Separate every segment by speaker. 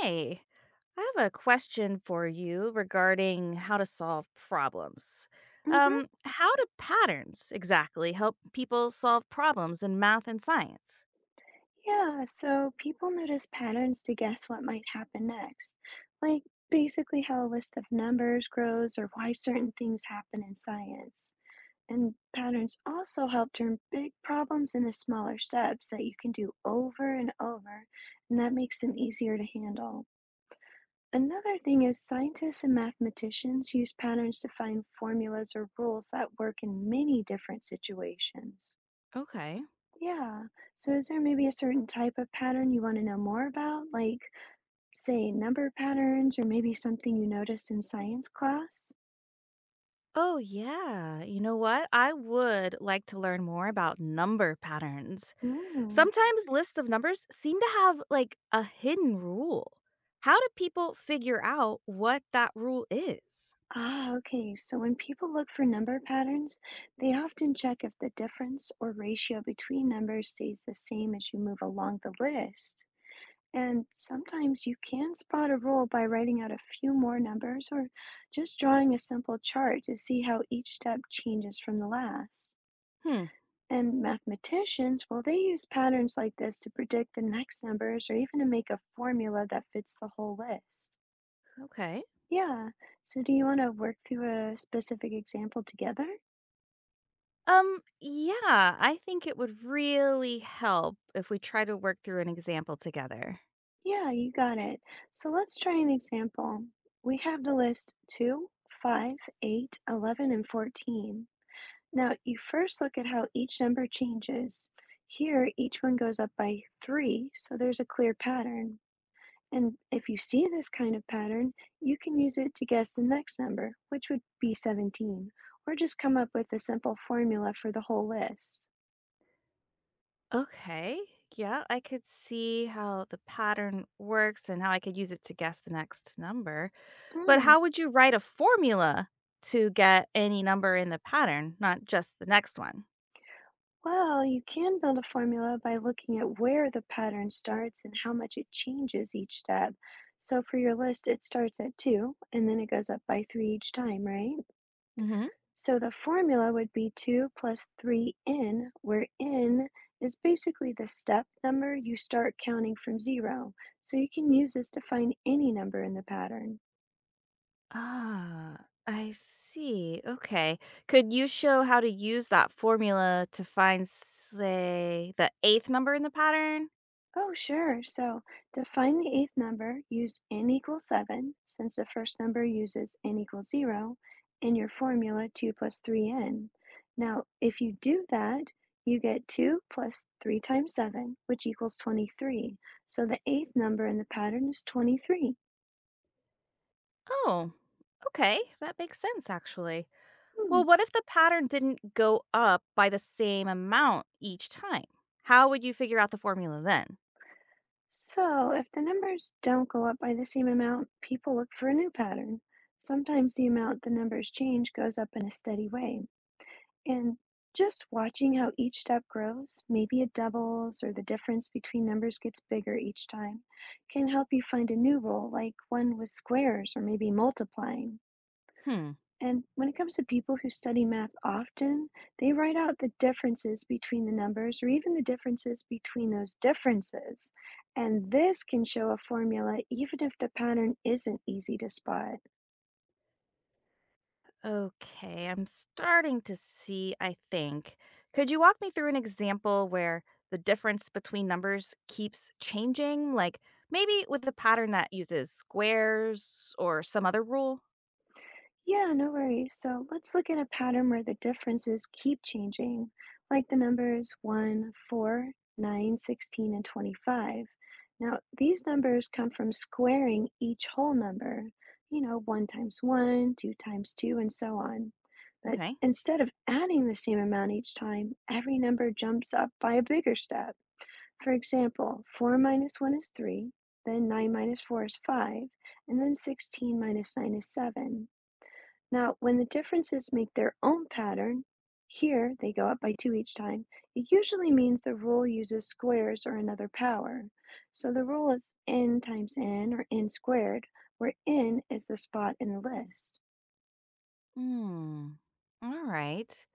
Speaker 1: Hey, I have a question for you regarding how to solve problems.
Speaker 2: Mm-hmm.
Speaker 1: How do patterns exactly help people solve problems in math and science?
Speaker 2: Yeah, so people notice patterns to guess what might happen next, like basically how a list of numbers grows or why certain things happen in science. And patterns also help turn big problems into smaller steps that you can do over and over, and that makes them easier to handle. Another thing is scientists and mathematicians use patterns to find formulas or rules that work in many different situations.
Speaker 1: Okay.
Speaker 2: Yeah. So is there maybe a certain type of pattern you want to know more about, like, say, number patterns, or maybe something you noticed in science class?
Speaker 1: Oh, yeah. You know what? I would like to learn more about number patterns.
Speaker 2: Mm.
Speaker 1: Sometimes lists of numbers seem to have like a hidden rule. How do people figure out what that rule is?
Speaker 2: Ah, okay. So when people look for number patterns, they often check if the difference or ratio between numbers stays the same as you move along the list. And sometimes you can spot a rule by writing out a few more numbers or just drawing a simple chart to see how each step changes from the last.
Speaker 1: Hmm.
Speaker 2: And mathematicians, well, they use patterns like this to predict the next numbers or even to make a formula that fits the whole list.
Speaker 1: Okay.
Speaker 2: Yeah. So, do you want to work through a specific example together?
Speaker 1: Yeah, I think it would really help if we try to work through an example together.
Speaker 2: Yeah, you got it. So, let's try an example. We have the list 2, 5, 8, 11, and 14. Now, you first look at how each number changes. Here, each one goes up by 3, so there's a clear pattern. And if you see this kind of pattern, you can use it to guess the next number, which would be 17, or just come up with a simple formula for the whole list.
Speaker 1: Okay. Yeah, I could see how the pattern works and how I could use it to guess the next number. But
Speaker 2: Hmm.
Speaker 1: how would you write a formula to get any number in the pattern, not just the next one?
Speaker 2: Well, you can build a formula by looking at where the pattern starts and how much it changes each step. So for your list, it starts at 2 and then it goes up by 3 each time, right?
Speaker 1: Hmm.
Speaker 2: So the formula would be 2 plus 3n, where n is basically the step number you start counting from zero. So you can use this to find any number in the pattern.
Speaker 1: Ah, I see. Okay. Could you show how to use that formula to find, say, the eighth number in the pattern?
Speaker 2: Oh, sure. So to find the eighth number, use n equals 7, since the first number uses n equals 0, in your formula 2 plus 3n. Now, if you do that, you get 2 plus 3 times 7, which equals 23. So the eighth number in the pattern is 23.
Speaker 1: Oh, okay. That makes sense, actually.
Speaker 2: Hmm.
Speaker 1: Well, what if the pattern didn't go up by the same amount each time? How would you figure out the formula then?
Speaker 2: So, if the numbers don't go up by the same amount, people look for a new pattern. Sometimes the amount the numbers change goes up in a steady way. And just watching how each step grows, maybe it doubles or the difference between numbers gets bigger each time, can help you find a new rule, like one with squares or maybe multiplying.
Speaker 1: Hmm.
Speaker 2: And when it comes to people who study math often, they write out the differences between the numbers or even the differences between those differences. And this can show a formula even if the pattern isn't easy to spot.
Speaker 1: Okay, I'm starting to see, I think. Could you walk me through an example where the difference between numbers keeps changing? Like maybe with a pattern that uses squares or some other rule?
Speaker 2: Yeah, no worries. So let's look at a pattern where the differences keep changing, like the numbers one, 4, 9, 16, and 25. Now, these numbers come from squaring each whole number, 1 times 1, 2 times 2, and so on. But
Speaker 1: Okay.
Speaker 2: instead of adding the same amount each time, every number jumps up by a bigger step. For example, 4 minus 1 is 3, then 9 minus 4 is 5, and then 16 minus 9 is 7. Now, when the differences make their own pattern, here they go up by 2 each time, it usually means the rule uses squares or another power. So the rule is n times n or n squared, where n is the spot in the list.
Speaker 1: Hmm. All right.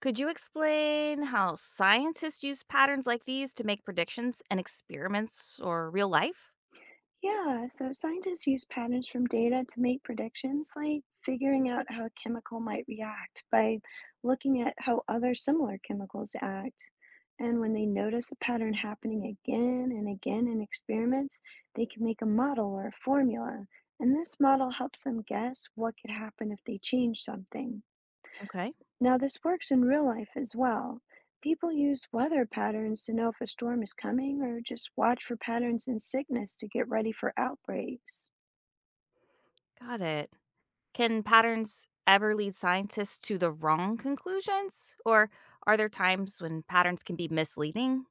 Speaker 1: Could you explain how scientists use patterns like these to make predictions and experiments or real life?
Speaker 2: Yeah, so scientists use patterns from data to make predictions, like figuring out how a chemical might react by looking at how other similar chemicals act. And when they notice a pattern happening again and again in experiments, they can make a model or a formula. And this model helps them guess what could happen if they change something.
Speaker 1: Okay.
Speaker 2: Now, this works in real life as well. People use weather patterns to know if a storm is coming or just watch for patterns in sickness to get ready for outbreaks.
Speaker 1: Got it. Can patterns ever lead scientists to the wrong conclusions? Or are there times when patterns can be misleading?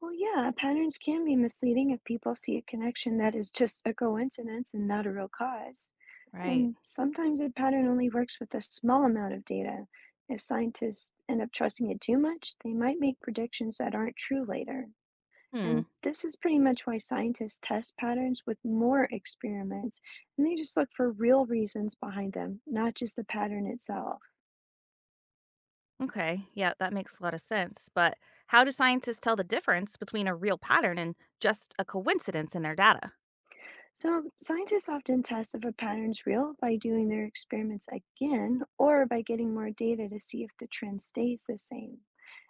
Speaker 2: Well, yeah, patterns can be misleading if people see a connection that is just a coincidence and not a real cause.
Speaker 1: Right.
Speaker 2: And sometimes a pattern only works with a small amount of data. If scientists end up trusting it too much, they might make predictions that aren't true later. And
Speaker 1: Hmm.
Speaker 2: this is pretty much why scientists test patterns with more experiments, and they just look for real reasons behind them, not just the pattern itself.
Speaker 1: Okay. Yeah, that makes a lot of sense. But how do scientists tell the difference between a real pattern and just a coincidence in their data?
Speaker 2: So, scientists often test if a pattern's real by doing their experiments again or by getting more data to see if the trend stays the same.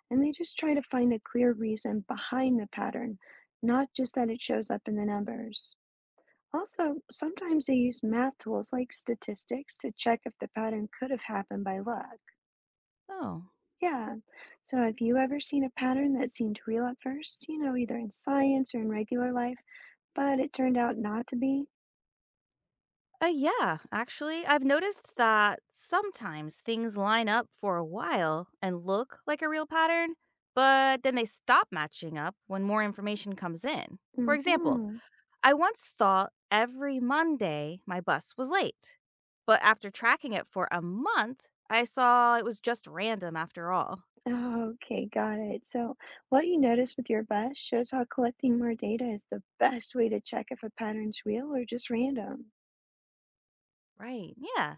Speaker 2: And they just try to find a clear reason behind the pattern, not just that it shows up in the numbers. Also, sometimes they use math tools like statistics to check if the pattern could have happened by luck.
Speaker 1: Oh.
Speaker 2: Yeah. So have you ever seen a pattern that seemed real at first, either in science or in regular life, but it turned out not to be?
Speaker 1: Yeah, actually, I've noticed that sometimes things line up for a while and look like a real pattern, but then they stop matching up when more information comes in. For example,
Speaker 2: Mm-hmm.
Speaker 1: I once thought every Monday my bus was late, but after tracking it for a month, I saw it was just random after all.
Speaker 2: Oh, okay, got it. So what you notice with your bus shows how collecting more data is the best way to check if a pattern's real or just random.
Speaker 1: Right, yeah.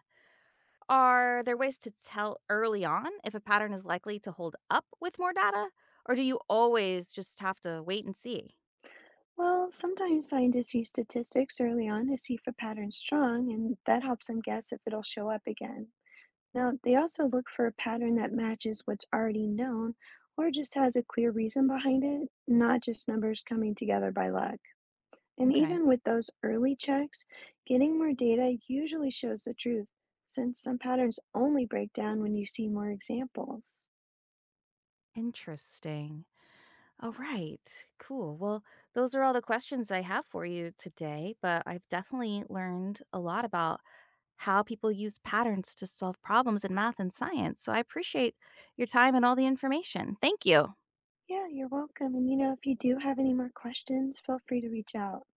Speaker 1: Are there ways to tell early on if a pattern is likely to hold up with more data? Or do you always just have to wait and see?
Speaker 2: Well, sometimes scientists use statistics early on to see if a pattern's strong, and that helps them guess if it'll show up again. Now, they also look for a pattern that matches what's already known or just has a clear reason behind it, not just numbers coming together by luck. And
Speaker 1: Okay,
Speaker 2: even with those early checks, getting more data usually shows the truth, since some patterns only break down when you see more examples.
Speaker 1: interesting. All right, cool. Well, those are all the questions I have for you today, but I've definitely learned a lot about how people use patterns to solve problems in math and science. So I appreciate your time and all the information. Thank you.
Speaker 2: Yeah, you're welcome. And if you do have any more questions, feel free to reach out.